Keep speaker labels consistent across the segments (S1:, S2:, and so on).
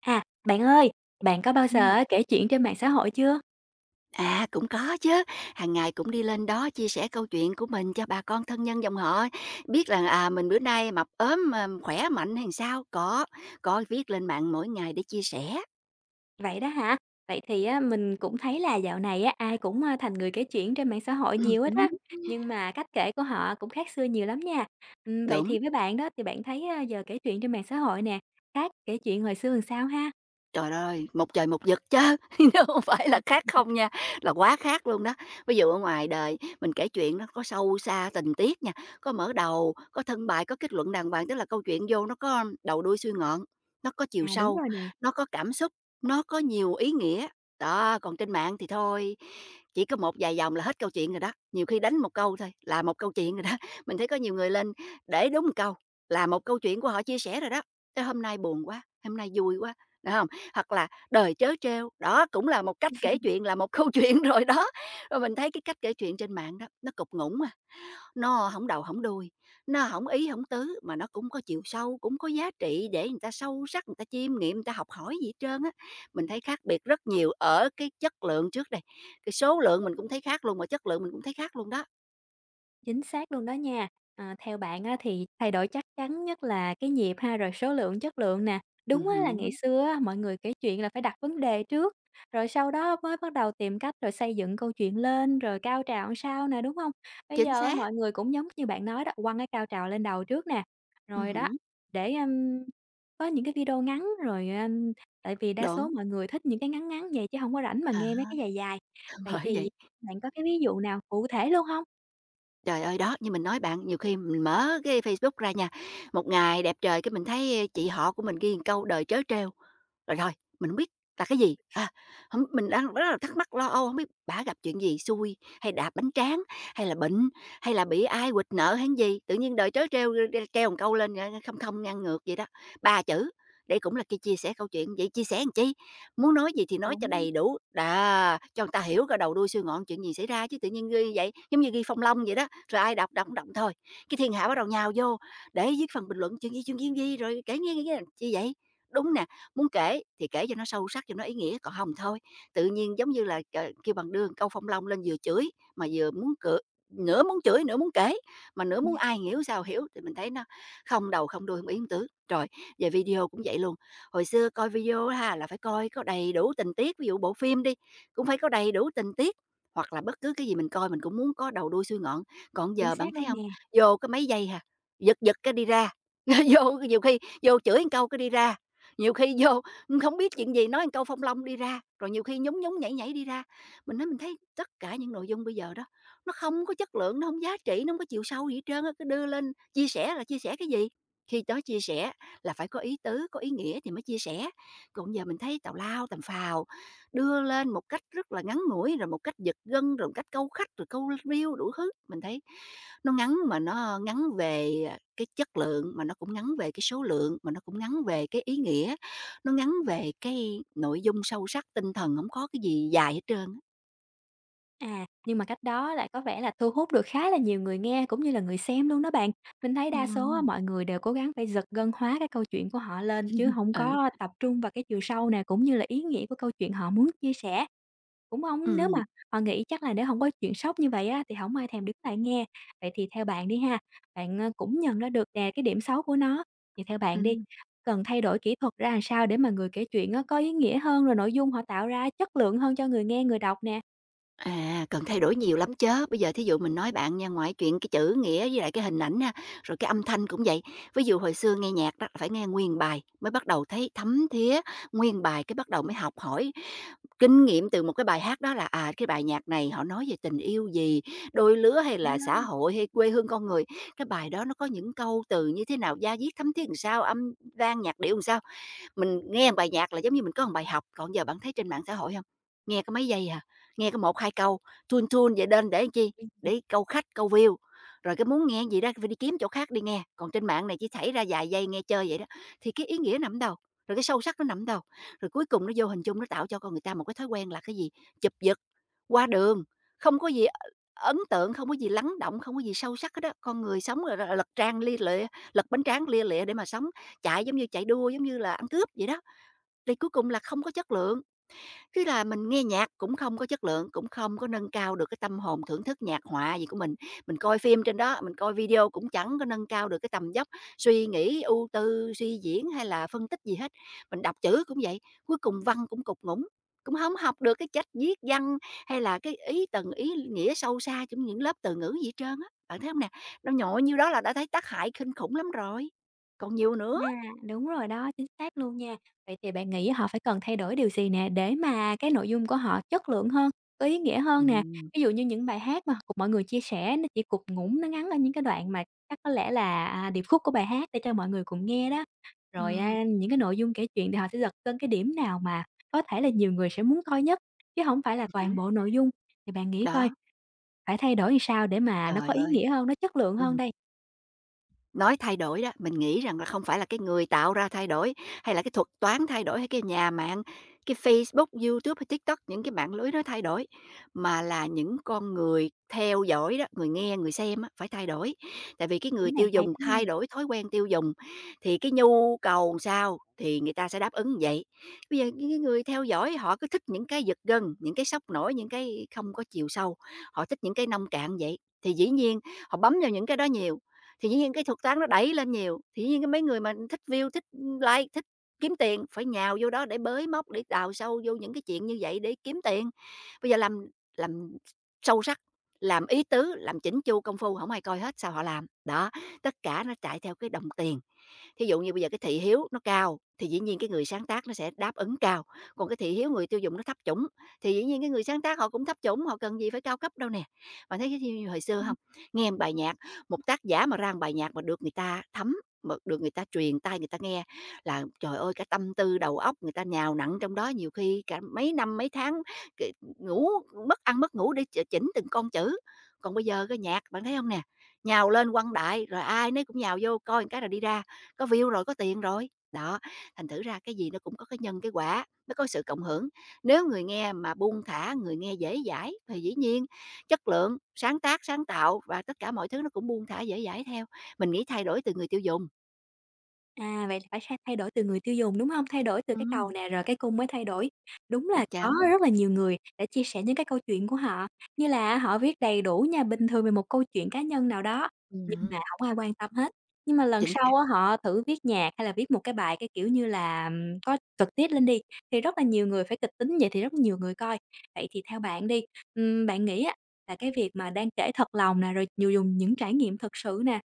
S1: À, bạn ơi, bạn có bao giờ
S2: Ừm,
S1: á kể chuyện trên mạng xã hội chưa?
S2: Cũng có chứ, hàng ngày cũng đi lên đó chia sẻ câu chuyện của mình cho bà con thân nhân dòng họ, biết là, mình bữa nay mập ốm, khỏe mạnh hay sao. Có viết lên mạng mỗi ngày để chia sẻ.
S1: Vậy đó hả? Vậy thì á mình cũng thấy là dạo này á ai cũng, thành người kể chuyện trên mạng xã hội nhiều hết á,
S2: Hứm,
S1: nhưng mà cách kể của họ cũng khác xưa nhiều lắm nha. Vậy
S2: đúng.
S1: thì với bạn đó thì bạn thấy, giờ kể chuyện trên mạng xã hội nè, khác kể chuyện hồi xưa làm sao ha?
S2: Trời ơi, một trời một vực chứ, nó hông phải là khác không nha, là quá khác luôn đó. Ví dụ ở ngoài đời mình kể chuyện nó có sâu xa tình tiết nha, có mở đầu, có thân bài, có kết luận đàng hoàng, tức là câu chuyện vô nó có đầu đuôi suy ngọn, nó có chiều
S1: À, đúng
S2: sâu,
S1: rồi nè.
S2: nó có cảm xúc, nó có nhiều ý nghĩa. Đó, còn trên mạng thì thôi, chỉ có một vài dòng là hết câu chuyện rồi đó, nhiều khi đánh một câu thôi là một câu chuyện rồi đó. Mình thấy có nhiều người lên để đúng một câu là một câu chuyện của họ chia sẻ rồi đó, tới hôm nay buồn quá, hôm nay vui quá, đúng không? Hoặc là "Đời chớ trêu", đó cũng là một cách kể chuyện, là một câu chuyện rồi đó. Rồi mình thấy cái cách kể chuyện trên mạng đó, nó cục ngủn à, nó không đầu không đuôi, nó không ý không tứ mà nó cũng có chiều sâu, cũng có giá trị để người ta sâu sắc, người ta chiêm nghiệm, người ta học hỏi gì hết trơn á. Mình thấy khác biệt rất nhiều ở cái chất lượng trước đây, cái số lượng mình cũng thấy khác luôn, mà chất lượng mình cũng thấy khác luôn đó.
S1: Chính xác luôn đó nha. À, theo bạn á, thì thay đổi chắc chắn nhất là cái nhịp ha, rồi số lượng, chất lượng nè. Đúng á, là ngày
S2: Hứm,
S1: xưa á, mọi người kể chuyện là phải đặt vấn đề trước, rồi sau đó mới bắt đầu tìm cách rồi xây dựng câu chuyện lên, rồi cao trào làm sao nè, đúng không? Bây
S2: chính
S1: giờ á,
S2: xác,
S1: mọi người cũng giống như bạn nói đó, quăng cái cao trào lên đầu trước nè, rồi đó,
S2: hứm,
S1: để, có những cái video ngắn rồi, tại vì đa số
S2: đúng,
S1: mọi người thích những cái ngắn ngắn vậy chứ không có rảnh mà nghe mấy
S2: à,
S1: cái dài dài. Vậy
S2: bởi
S1: thì
S2: vậy.
S1: bạn có cái ví dụ nào cụ thể luôn không?
S2: Trời ơi, đó, như mình nói bạn, nhiều khi mình mở cái Facebook ra nha, một ngày đẹp trời cái mình thấy chị họ của mình ghi một câu "đời trớ trêu", rồi rồi mình hổng biết là cái gì, hông mình đang rất là thắc mắc, lo âu, không biết bả gặp chuyện gì, xui, hay đạp bánh tráng, hay là bệnh, hay là bị ai quỵt nợ hay gì, tự nhiên đời trớ trêu, treo một câu lên, không không ngang ngược vậy đó, 3 chữ. Đây cũng là cái chia sẻ câu chuyện, vậy chia sẻ làm chi? Muốn nói gì thì nói cho
S1: Đúng.
S2: đầy đủ, đà, cho người ta hiểu cả đầu đuôi xuôi ngọn chuyện gì xảy ra chứ tự nhiên ghi vậy, giống như ghi phong long vậy đó, rồi ai đọc đọc cũng động thôi. Cái thiên hạ bắt đầu nhào vô để viết phần bình luận chuyện gì, chuyện gì, chuyện gì, rồi kể nghe, nghe, nghe chi vậy? Đúng nè, muốn kể thì kể cho nó sâu sắc, cho nó ý nghĩa, còn hông thôi, tự nhiên giống như là, kêu bằng đường câu phong long lên vừa chửi mà vừa muốn cự, nửa muốn chửi, nửa muốn kể, mà nửa muốn ai hiểu sao hiểu, thì mình thấy nó không đầu không đuôi, hông yếm tứ. Rồi về video cũng vậy luôn. Hồi xưa coi video ha, là phải coi có đầy đủ tình tiết, ví dụ bộ phim đi, cũng phải có đầy đủ tình tiết, hoặc là bất cứ cái gì mình coi mình cũng muốn có đầu đuôi xuôi ngọn. Còn
S1: Chính
S2: giờ
S1: xác
S2: bạn thấy
S1: luôn
S2: không?
S1: nè.
S2: Vô cái mấy giây hà, giật giật cái đi ra, vô nhiều khi vô chửi một câu cái đi ra, nhiều khi vô không biết chuyện gì nói một câu phong long đi ra, rồi nhiều khi nhún nhún, nhảy nhảy đi ra. Mình nói mình thấy tất cả những nội dung bây giờ đó, nó không có chất lượng, nó không giá trị, nó không có chiều sâu gì hết trơn á, cứ đưa lên chia sẻ là chia sẻ cái gì? Khi đó chia sẻ là phải có ý tứ, có ý nghĩa thì mới chia sẻ. Còn giờ mình thấy tào lao tầm phào, đưa lên một cách rất là ngắn ngủi, rồi một cách giật gân, rồi một cách câu khách, rồi câu riêu đủ thứ. Mình thấy nó ngắn mà nó ngắn về cái chất lượng mà nó cũng ngắn về cái số lượng mà nó cũng ngắn về cái ý nghĩa, nó ngắn về cái nội dung sâu sắc tinh thần, không có cái gì dài hết trơn á.
S1: À, nhưng mà cách đó lại có vẻ là thu hút được khá là nhiều người nghe cũng như là người xem luôn đó bạn. Mình thấy đa số á,
S2: Ừ.
S1: mọi người đều cố gắng phải giật gân hóa cái câu chuyện của họ lên chứ không
S2: Ừ.
S1: có tập trung vào cái chiều sâu nè, cũng như là ý nghĩa của câu chuyện họ muốn chia sẻ. Cũng
S2: Ừ.
S1: không nếu mà họ nghĩ chắc là nếu không có chuyện sốc như vậy á, thì không ai thèm đứng lại nghe. Vậy thì theo bạn đi ha, bạn, cũng nhận ra được nè cái điểm xấu của nó, thì theo
S2: Ừ.
S1: bạn đi, cần thay đổi kỹ thuật ra làm sao để mà người kể chuyện á có ý nghĩa hơn, rồi nội dung họ tạo ra chất lượng hơn cho người nghe, người đọc nè?
S2: À, cần thay đổi nhiều lắm chớ. Bây giờ thí dụ mình nói bạn nha, ngoài chuyện cái chữ nghĩa với lại cái hình ảnh ha, rồi cái âm thanh cũng vậy. Ví dụ hồi xưa nghe nhạc đó là phải nghe nguyên bài mới bắt đầu thấy thấm thía, nguyên bài cái bắt đầu mới học hỏi kinh nghiệm từ một cái bài hát đó là, cái bài nhạc này họ nói về tình yêu gì, đôi lứa hay
S1: Đúng
S2: là
S1: đó.
S2: xã hội hay quê hương con người. Cái bài đó nó có những câu từ như thế nào, da diết thấm thía làm sao, âm vang nhạc điệu làm sao. Mình nghe một bài nhạc là giống như mình có một bài học, còn giờ bạn thấy trên mạng xã hội không? Nghe có mấy giây à, nghe có một 2 câu, tune tune vậy nên để làm chi? Để câu khách, câu view, rồi cái muốn nghe gì đó phải đi kiếm chỗ khác đi nghe, còn trên mạng này chỉ xảy ra vài giây nghe chơi vậy đó. Thì cái ý nghĩa nằm ở đâu? Rồi cái sâu sắc nó nằm ở đâu? Rồi cuối cùng nó vô hình chung nó tạo cho con người ta một cái thói quen là cái gì? Chụp giật, qua đường, không có gì ấn tượng, không có gì lắng động, không có gì sâu sắc hết đó. Con người sống, gọi là, lật trang lia lịa, lật bánh tráng lia lịa để mà sống, chạy giống như chạy đua, giống như là ăn cướp vậy đó, thì cuối cùng là không có chất lượng. Thế là mình nghe nhạc cũng không có chất lượng, cũng không có nâng cao được cái tâm hồn thưởng thức nhạc họa gì của mình. Mình coi phim trên đó, mình coi video cũng chẳng có nâng cao được cái tầm dốc suy nghĩ, ưu tư, suy diễn hay là phân tích gì hết. Mình đọc chữ cũng vậy, cuối cùng văn cũng cục ngủng, cũng không học được cái cách viết văn hay là cái ý tầng ý nghĩa sâu xa trong những lớp từ ngữ gì hết trơn á. Bạn thấy không nè? Nó nhội nhiêu đó là đã thấy tác hại kinh khủng lắm rồi, còn nhiều nữa.
S1: À, đúng rồi đó, chính xác luôn nha. Vậy thì bạn nghĩ họ phải cần thay đổi điều gì nè, để mà cái nội dung của họ chất lượng hơn, có ý nghĩa hơn nè?
S2: Ừm.
S1: Ví dụ như những bài hát mà mọi người chia sẻ nó chỉ cụt ngủn, nó ngắn ở những cái đoạn mà chắc có lẽ là, à, điệp khúc của bài hát để cho mọi người cùng nghe đó. Rồi,
S2: Ừm,
S1: những cái nội dung kể chuyện thì họ sẽ giật cân cái điểm nào mà có thể là nhiều người sẽ muốn coi nhất, chứ không phải là toàn
S2: hứm,
S1: bộ nội dung. Thì bạn nghĩ coi
S2: đó,
S1: phải thay đổi làm sao để mà nó
S2: trời
S1: có ý
S2: ơi,
S1: nghĩa hơn, nó chất lượng hơn
S2: ừm.
S1: đây?
S2: Nói thay đổi đó, mình nghĩ rằng là không phải là cái người tạo ra thay đổi, hay là cái thuật toán thay đổi, hay cái nhà mạng, cái Facebook, YouTube hay TikTok, những cái mạng lưới nó thay đổi, mà là những con người theo dõi đó, người nghe, người xem á, phải thay đổi. Tại vì cái
S1: Ý
S2: người
S1: này
S2: tiêu
S1: hay
S2: dùng
S1: đó
S2: thay đổi thói quen tiêu dùng, thì cái nhu cầu sao thì người ta sẽ đáp ứng vậy. Bây giờ những cái người theo dõi họ cứ thích những cái giật gân, những cái sốc nổi, những cái không có chiều sâu, họ thích những cái nông cạn vậy, thì dĩ nhiên họ bấm vào những cái đó nhiều, thì dĩ nhiên cái thuật toán nó đẩy lên nhiều, thì dĩ nhiên cái mấy người mà thích view, thích like, thích kiếm tiền phải nhào vô đó để bới móc, để đào sâu vô những cái chuyện như vậy để kiếm tiền. Bây giờ làm sâu sắc, làm ý tứ, làm chỉnh chu công phu, không ai coi hết, sao họ làm? Đó, tất cả nó chạy theo cái đồng tiền. Thí dụ như bây giờ cái thị hiếu nó cao thì dĩ nhiên cái người sáng tác nó sẽ đáp ứng cao, còn cái thị hiếu người tiêu dùng nó thấp chủng thì dĩ nhiên cái người sáng tác họ cũng thấp chủng, họ cần gì phải cao cấp đâu nè. Bạn thấy cái như hồi xưa
S1: nha.
S2: không? Nghe một bài nhạc, một tác giả mà ra một bài nhạc mà được người ta thấm, mà được người ta truyền tai người ta nghe là, trời ơi, cả tâm tư đầu óc người ta nhào nặn trong đó nhiều khi cả mấy năm, mấy tháng, ngủ mất ăn mất ngủ để chỉnh từng con chữ. Còn bây giờ cái nhạc bạn thấy không nè, nhào lên quăng đại, rồi ai nấy cũng nhào vô coi một cái rồi đi ra, có view rồi, có tiền rồi. Đó, thành thử ra cái gì nó cũng có cái nhân cái quả, nó có sự cộng hưởng. Nếu người nghe mà buông thả, người nghe dễ dãi thì dĩ nhiên chất lượng, sáng tác, sáng tạo và tất cả mọi thứ nó cũng buông thả dễ dãi theo. Mình nghĩ thay đổi từ người tiêu dùng.
S1: À, vậy là phải sa thay đổi từ người tiêu dùng, đúng không? Thay đổi từ cái cầu
S2: Ừm,
S1: nè, rồi cái cung mới thay đổi. Đúng là
S2: chắc
S1: có
S2: chắn.
S1: rất là nhiều người đã chia sẻ những cái câu chuyện của họ, như là họ viết đầy đủ nha, bình thường về một câu chuyện cá nhân nào đó, nhưng mà
S2: Ừm,
S1: không ai quan tâm hết. Nhưng mà lần
S2: chính xác.
S1: sau á họ thử viết nhạc hay là viết một cái bài, cái kiểu như là, có trực tiếp lên đi, thì rất là nhiều người phải kịch tính vậy thì rất nhiều người coi. Vậy thì theo bạn đi, bạn nghĩ á là cái việc mà đang kể thật lòng nè, rồi nhiều dùng những trải nghiệm thực sự nè,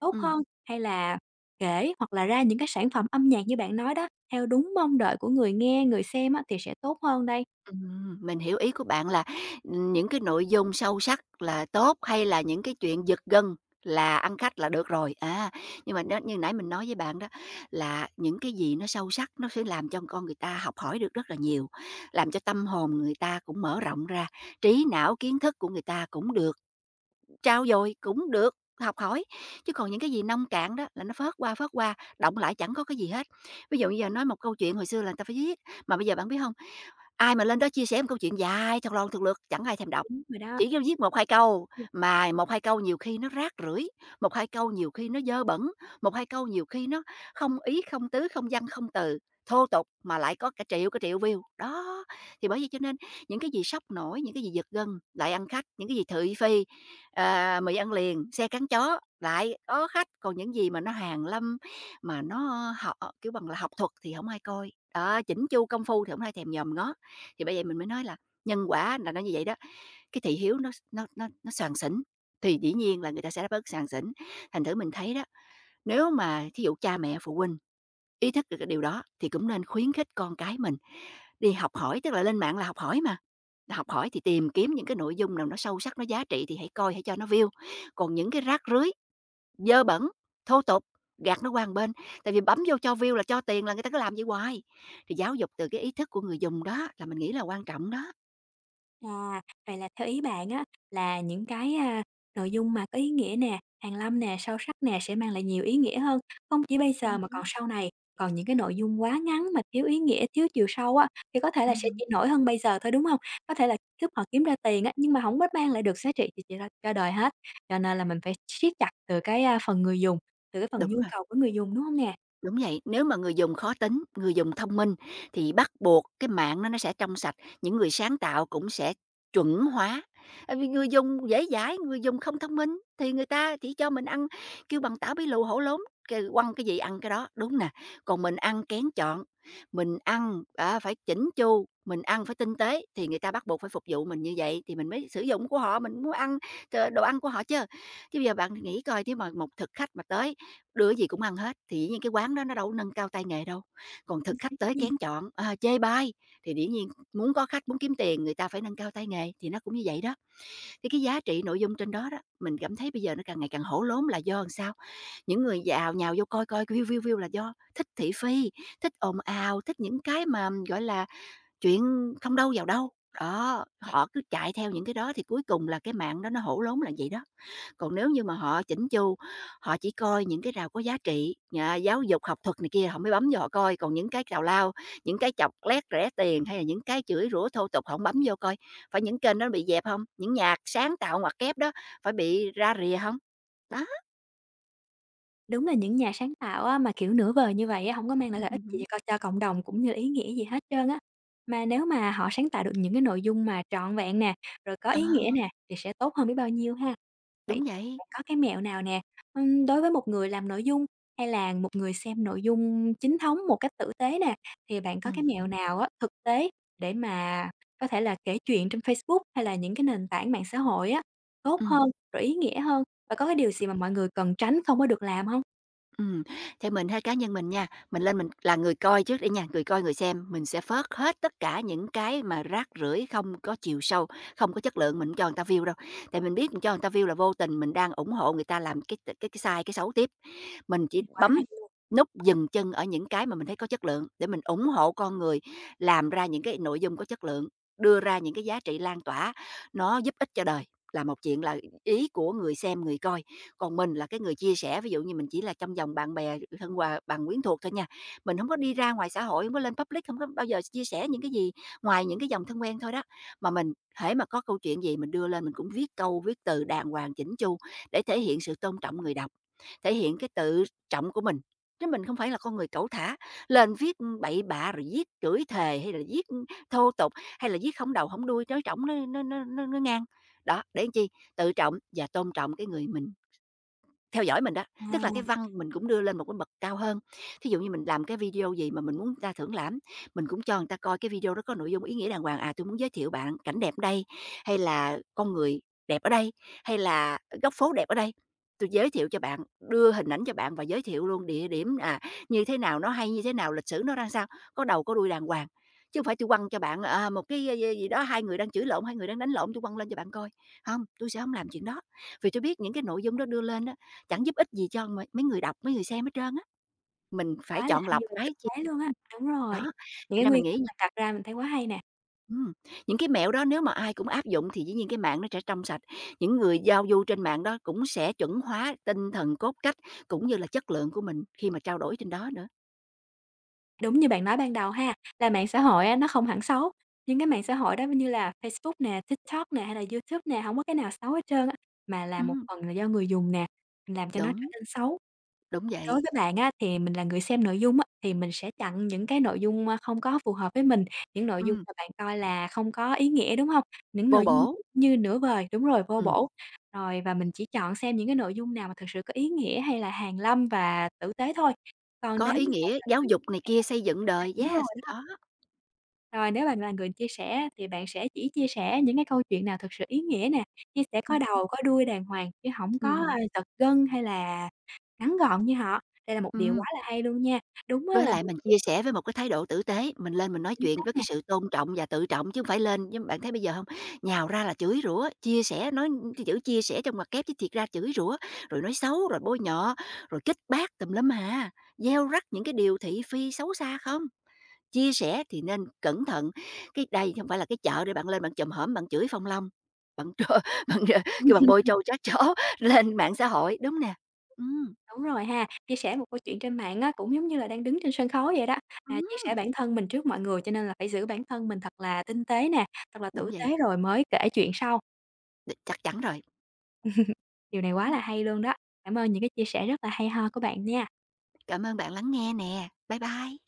S1: tốt
S2: Ừm.
S1: hơn hay là kể hoặc là ra những cái sản phẩm âm nhạc như bạn nói đó, theo đúng mong đợi của người nghe, người xem á, thì sẽ tốt hơn đây.
S2: Mình hiểu ý của bạn là, những cái nội dung sâu sắc là tốt, hay là những cái chuyện giật gân là ăn khách là được rồi. À, nhưng mà đó như nãy mình nói với bạn đó là những cái gì nó sâu sắc nó sẽ làm cho con người ta học hỏi được rất là nhiều, làm cho tâm hồn người ta cũng mở rộng ra, trí não, kiến thức của người ta cũng được trau dồi cũng được, học hỏi, chứ còn những cái gì nông cạn đó là nó phớt qua, động lại chẳng có cái gì hết. Ví dụ như giờ nói một câu chuyện hồi xưa là người ta phải viết, mà bây giờ bạn biết không, ai mà lên đó chia sẻ một câu chuyện dài thật lon thật lược chẳng ai thèm đọc,
S1: Đúng rồi đó.
S2: chỉ có viết một hai câu, mà một hai câu nhiều khi nó rác rưởi, một hai câu nhiều khi nó dơ bẩn, một hai câu nhiều khi nó không ý, không tứ, không văn, không từ, thô tục mà lại có cả triệu view. Đó, thì bởi vậy cho nên những cái gì sốc nổi, những cái gì giật gân lại ăn khách, những cái gì thị phi, ờ, mì ăn liền, xe cắn chó, lại có khách, còn những gì mà nó hàn lâm, mà nó học kiểu bằng là, học thuật thì không ai coi, đó, chỉnh chu công phu thì không ai thèm nhòm ngó. Thì bởi vậy mình mới nói là nhân quả là nó như vậy đó, cái thị hiếu nó soàn xỉn, thì dĩ nhiên là người ta sẽ đáp ứng soàn xỉn. Thành thử mình thấy đó, nếu mà thí dụ cha mẹ, phụ huynh ý thức được cái điều đó thì cũng nên khuyến khích con cái mình đi học hỏi, tức là lên mạng là học hỏi mà. Học hỏi thì tìm kiếm những cái nội dung nào nó sâu sắc, nó giá trị thì hãy coi, hãy cho nó view. Còn những cái rác rưới, dơ bẩn, thô tục, gạt nó qua một bên, tại vì bấm vô cho view là cho tiền là người ta cứ làm vậy hoài. Thì giáo dục từ cái ý thức của người dùng đó là mình nghĩ là quan trọng đó.
S1: À, vậy là theo ý bạn á, là những cái, nội dung mà có ý nghĩa nè, hàn lâm nè, sâu sắc nè sẽ mang lại nhiều ý nghĩa hơn, không chỉ bây giờ mà còn
S2: Hứm.
S1: sau này. Còn những cái nội dung quá ngắn mà thiếu ý nghĩa, thiếu chiều sâu á, thì có thể là sẽ
S2: Ừm,
S1: chỉ nổi hơn bây giờ thôi, đúng không? Có thể là giúp họ kiếm ra tiền á, nhưng mà không biết mang lại được giá trị gì cho đời hết, cho nên là mình phải siết chặt từ cái, phần người dùng, từ cái phần
S2: đúng
S1: nhu
S2: rồi.
S1: cầu của người dùng, đúng không nè?
S2: Đúng vậy, nếu mà người dùng khó tính, người dùng thông minh thì bắt buộc cái mạng nó sẽ trong sạch, những người sáng tạo cũng sẽ chuẩn hóa. Tại vì người dùng dễ dãi, người dùng không thông minh thì người ta chỉ cho mình ăn kêu bằng tảo bí lù hổ lốn, kêu quăng cái gì ăn cái đó, đúng nè. Còn mình ăn kén chọn, mình ăn, à, phải chỉnh chu, mình ăn phải tinh tế thì người ta bắt buộc phải phục vụ mình như vậy thì mình mới sử dụng của họ, mình muốn ăn, ờ, đồ ăn của họ chứ. Chứ bây giờ bạn nghĩ coi nếu mà một thực khách mà tới đưa gì cũng ăn hết thì dĩ nhiên cái quán đó nó đâu có nâng cao tay nghề đâu. Còn thực
S1: Chính xác
S2: khách
S1: đó
S2: tới
S1: nha.
S2: kén chọn, à, chê bai thì dĩ nhiên muốn có khách, muốn kiếm tiền người ta phải nâng cao tay nghề, thì nó cũng như vậy đó. Thì cái giá trị nội dung trên đó đó, mình cảm thấy bây giờ nó càng ngày càng hổ lốn là do làm sao? Những người giàu nhào vô coi coi view, view, view là do thích thị phi, thích ồn ào, thích những cái mà, gọi là, chuyện không đâu vào đâu. Đó, họ cứ chạy theo những cái đó thì cuối cùng là cái mạng đó nó hổ lốn là vậy đó. Còn nếu như mà họ chỉnh chu, họ chỉ coi những cái nào có giá trị, nhà giáo dục, học thuật này kia họ mới bấm vô họ coi, còn những cái tào lao, những cái chọc lét rẻ tiền hay là những cái chửi rủa thô tục họ hổng bấm vô coi. Phải những kênh đó bị dẹp không? Những nhạc sáng tạo ngoặc kép đó phải bị ra rìa không? Đó.
S1: Đúng là những nhà sáng tạo á, mà, kiểu, nửa vời như vậy á, hổng có mang lại lợi ích gì
S2: Hứm.
S1: co cho cộng đồng cũng như là ý nghĩa gì hết trơn á. Mà nếu mà họ sáng tạo được những cái nội dung mà trọn vẹn nè, rồi có ý nghĩa
S2: À,
S1: nè, thì sẽ tốt hơn biết bao nhiêu ha. Vậy
S2: đúng
S1: thì
S2: vậy.
S1: bạn có cái mẹo nào nè, đối với một người làm nội dung hay là một người xem nội dung chính thống một cách tử tế nè, thì bạn có cái mẹo
S2: Hứm.
S1: nào á, thực tế để mà có thể là kể chuyện trên Facebook hay là những cái nền tảng mạng xã hội á, tốt hơn, rồi ý nghĩa hơn và có cái điều gì mà mọi người cần tránh không có được làm hông?
S2: Ừm, theo mình ha, cá nhân mình nha, mình lên mình là người coi trước đi nha, người coi, người xem, mình sẽ phớt hết tất cả những cái mà rác rưởi không có chiều sâu, không có chất lượng, mình hổng cho người ta view đâu. Tại mình biết mình cho người ta view là vô tình mình đang ủng hộ người ta làm cái sai, cái xấu tiếp. Mình chỉ
S1: Quá
S2: bấm
S1: hay.
S2: nút dừng chân ở những cái mà mình thấy có chất lượng để mình ủng hộ con người làm ra những cái nội dung có chất lượng, đưa ra những cái giá trị lan tỏa nó giúp ích cho đời là một chuyện, là ý của người xem, người coi, còn mình là cái người chia sẻ. Ví dụ như mình chỉ là trong vòng bạn bè, thân hòa bằng quyến thuộc thôi nha, mình không có đi ra ngoài xã hội, không có lên public, không có bao giờ chia sẻ những cái gì ngoài những cái dòng thân quen thôi đó. Mà mình hễ mà có câu chuyện gì mình đưa lên mình cũng viết câu, viết từ đàng hoàng, chỉnh chu để thể hiện sự tôn trọng người đọc, thể hiện cái tự trọng của mình, chứ mình không phải là con người cẩu thả, lên viết bậy bạ rồi viết chửi thề hay là viết thô tục, hay là viết không đầu không đuôi, nói trỏng, nó nói ngang. Đó, để làm chi? Tự trọng và tôn trọng cái người mình theo dõi mình đó, tức là cái
S1: À,
S2: văn mình cũng đưa lên một cái bậc cao hơn. Thí dụ như mình làm cái video gì mà mình muốn người ta thưởng lãm, mình cũng cho người ta coi cái video đó có nội dung ý nghĩa đàng hoàng, à, "Tôi muốn giới thiệu bạn cảnh đẹp ở đây", hay là "Con người đẹp ở đây", hay là "Góc phố đẹp ở đây", tôi giới thiệu cho bạn, đưa hình ảnh cho bạn và giới thiệu luôn địa điểm, à, như thế nào, nó hay như thế nào, lịch sử nó ra sao, có đầu có đuôi đàng hoàng. Chứ không phải tôi quăng cho bạn, à, một cái gì gì đó, hai người đang chửi lộn, hai người đang đánh lộn, tôi quăng lên cho bạn coi. Không, tôi sẽ không làm chuyện đó, vì tôi biết những cái nội dung đó đưa lên đó chẳng giúp ích gì cho mấy người đọc, mấy người xem hết trơn á, mình phải
S1: quá là
S2: chọn
S1: hay
S2: lọc
S1: và thực
S2: cái chi.
S1: tế luôn á,
S2: Ừm.
S1: đúng rồi.
S2: Đó,
S1: Những
S2: thành
S1: cái
S2: ra mình
S1: nguyên tắc
S2: nghĩ
S1: bạn đặt ra mình thấy quá hay nè.
S2: ừm, những cái mẹo đó nếu mà ai cũng áp dụng thì dĩ nhiên cái mạng nó sẽ trong sạch, những người giao du trên mạng đó cũng sẽ chuẩn hóa tinh thần, cốt cách cũng như là chất lượng của mình khi mà trao đổi trên đó nữa.
S1: Đúng như bạn nói ban đầu ha, là mạng xã hội á, nó không hẳn xấu, nhưng cái mạng xã hội đó như là Facebook nè, TikTok nè, hay là YouTube nè, hổng có cái nào xấu hết trơn á, mà là một
S2: Ừm,
S1: phần là do người dùng nè, làm cho nó trở
S2: đúng,
S1: nên xấu.
S2: đúng
S1: Đối
S2: vậy.
S1: với bạn á, thì mình là người xem nội dung á, thì mình sẽ chặn những cái nội dung, không có phù hợp với mình, những nội dung
S2: Ừm,
S1: mà bạn coi là không có ý nghĩa, đúng hông? Những
S2: vô
S1: nội dung
S2: bổ.
S1: như nửa vời đúng rồi, vô
S2: Ừm,
S1: bổ. Rồi và mình chỉ chọn xem những cái nội dung nào mà thực sự có ý nghĩa hay là hàn lâm và tử tế thôi. Còn
S2: có
S1: nếu
S2: ý
S1: như bạn
S2: nghĩa
S1: là
S2: giáo
S1: người
S2: dục
S1: chia
S2: này
S1: sẻ
S2: kia, xây dựng
S1: à,
S2: đời,
S1: đúng rồi
S2: yes,
S1: đó.
S2: đó.
S1: Rồi nếu bạn là người chia sẻ thì bạn sẽ chỉ chia sẻ những cái câu chuyện nào thực sự ý nghĩa nè, chia sẻ có
S2: Ừm,
S1: đầu có đuôi đàng hoàng chứ hổng có,
S2: ừm,
S1: giật gân hay là ngắn gọn như họ. Đây là một điều quá
S2: ừm.
S1: là hay luôn nha, đúng á
S2: Với
S1: là
S2: lại mình chia sẻ với một cái thái độ tử tế, mình lên mình nói
S1: chính
S2: chuyện
S1: xác
S2: với
S1: nè.
S2: cái sự tôn trọng và tự trọng chứ không phải lên giống bạn thấy bây giờ không. Nhào ra là chửi rủa, chia sẻ, nói cái chữ chia sẻ trong mặt kép chứ thiệt ra chửi rủa, rồi nói xấu, rồi bôi nhọ, rồi kích bác tùm lum à, gieo rắc những cái điều thị phi xấu xa không. Chia sẻ thì nên cẩn thận, cái đây không phải là cái chợ để bạn lên bạn chùm hổm bạn chửi phong long, bạn trơ bạn, cái bạn bôi trâu chát chó lên mạng xã hội, đúng nè. Ừm,
S1: Đúng rồi ha, chia sẻ một câu chuyện trên mạng á, cũng giống như là đang đứng trên sân khấu vậy đó, à, chia
S2: ừm,
S1: sẻ bản thân mình trước mọi người cho nên là phải giữ bản thân mình thật là tinh tế nè, thật là
S2: đúng
S1: tử
S2: vậy,
S1: tế rồi mới kể chuyện sau,
S2: chắc chắn rồi.
S1: điều này quá là hay luôn đó. Cảm ơn những cái chia sẻ rất là hay ho của bạn nha.
S2: Cảm ơn bạn lắng nghe nè. Bye bye.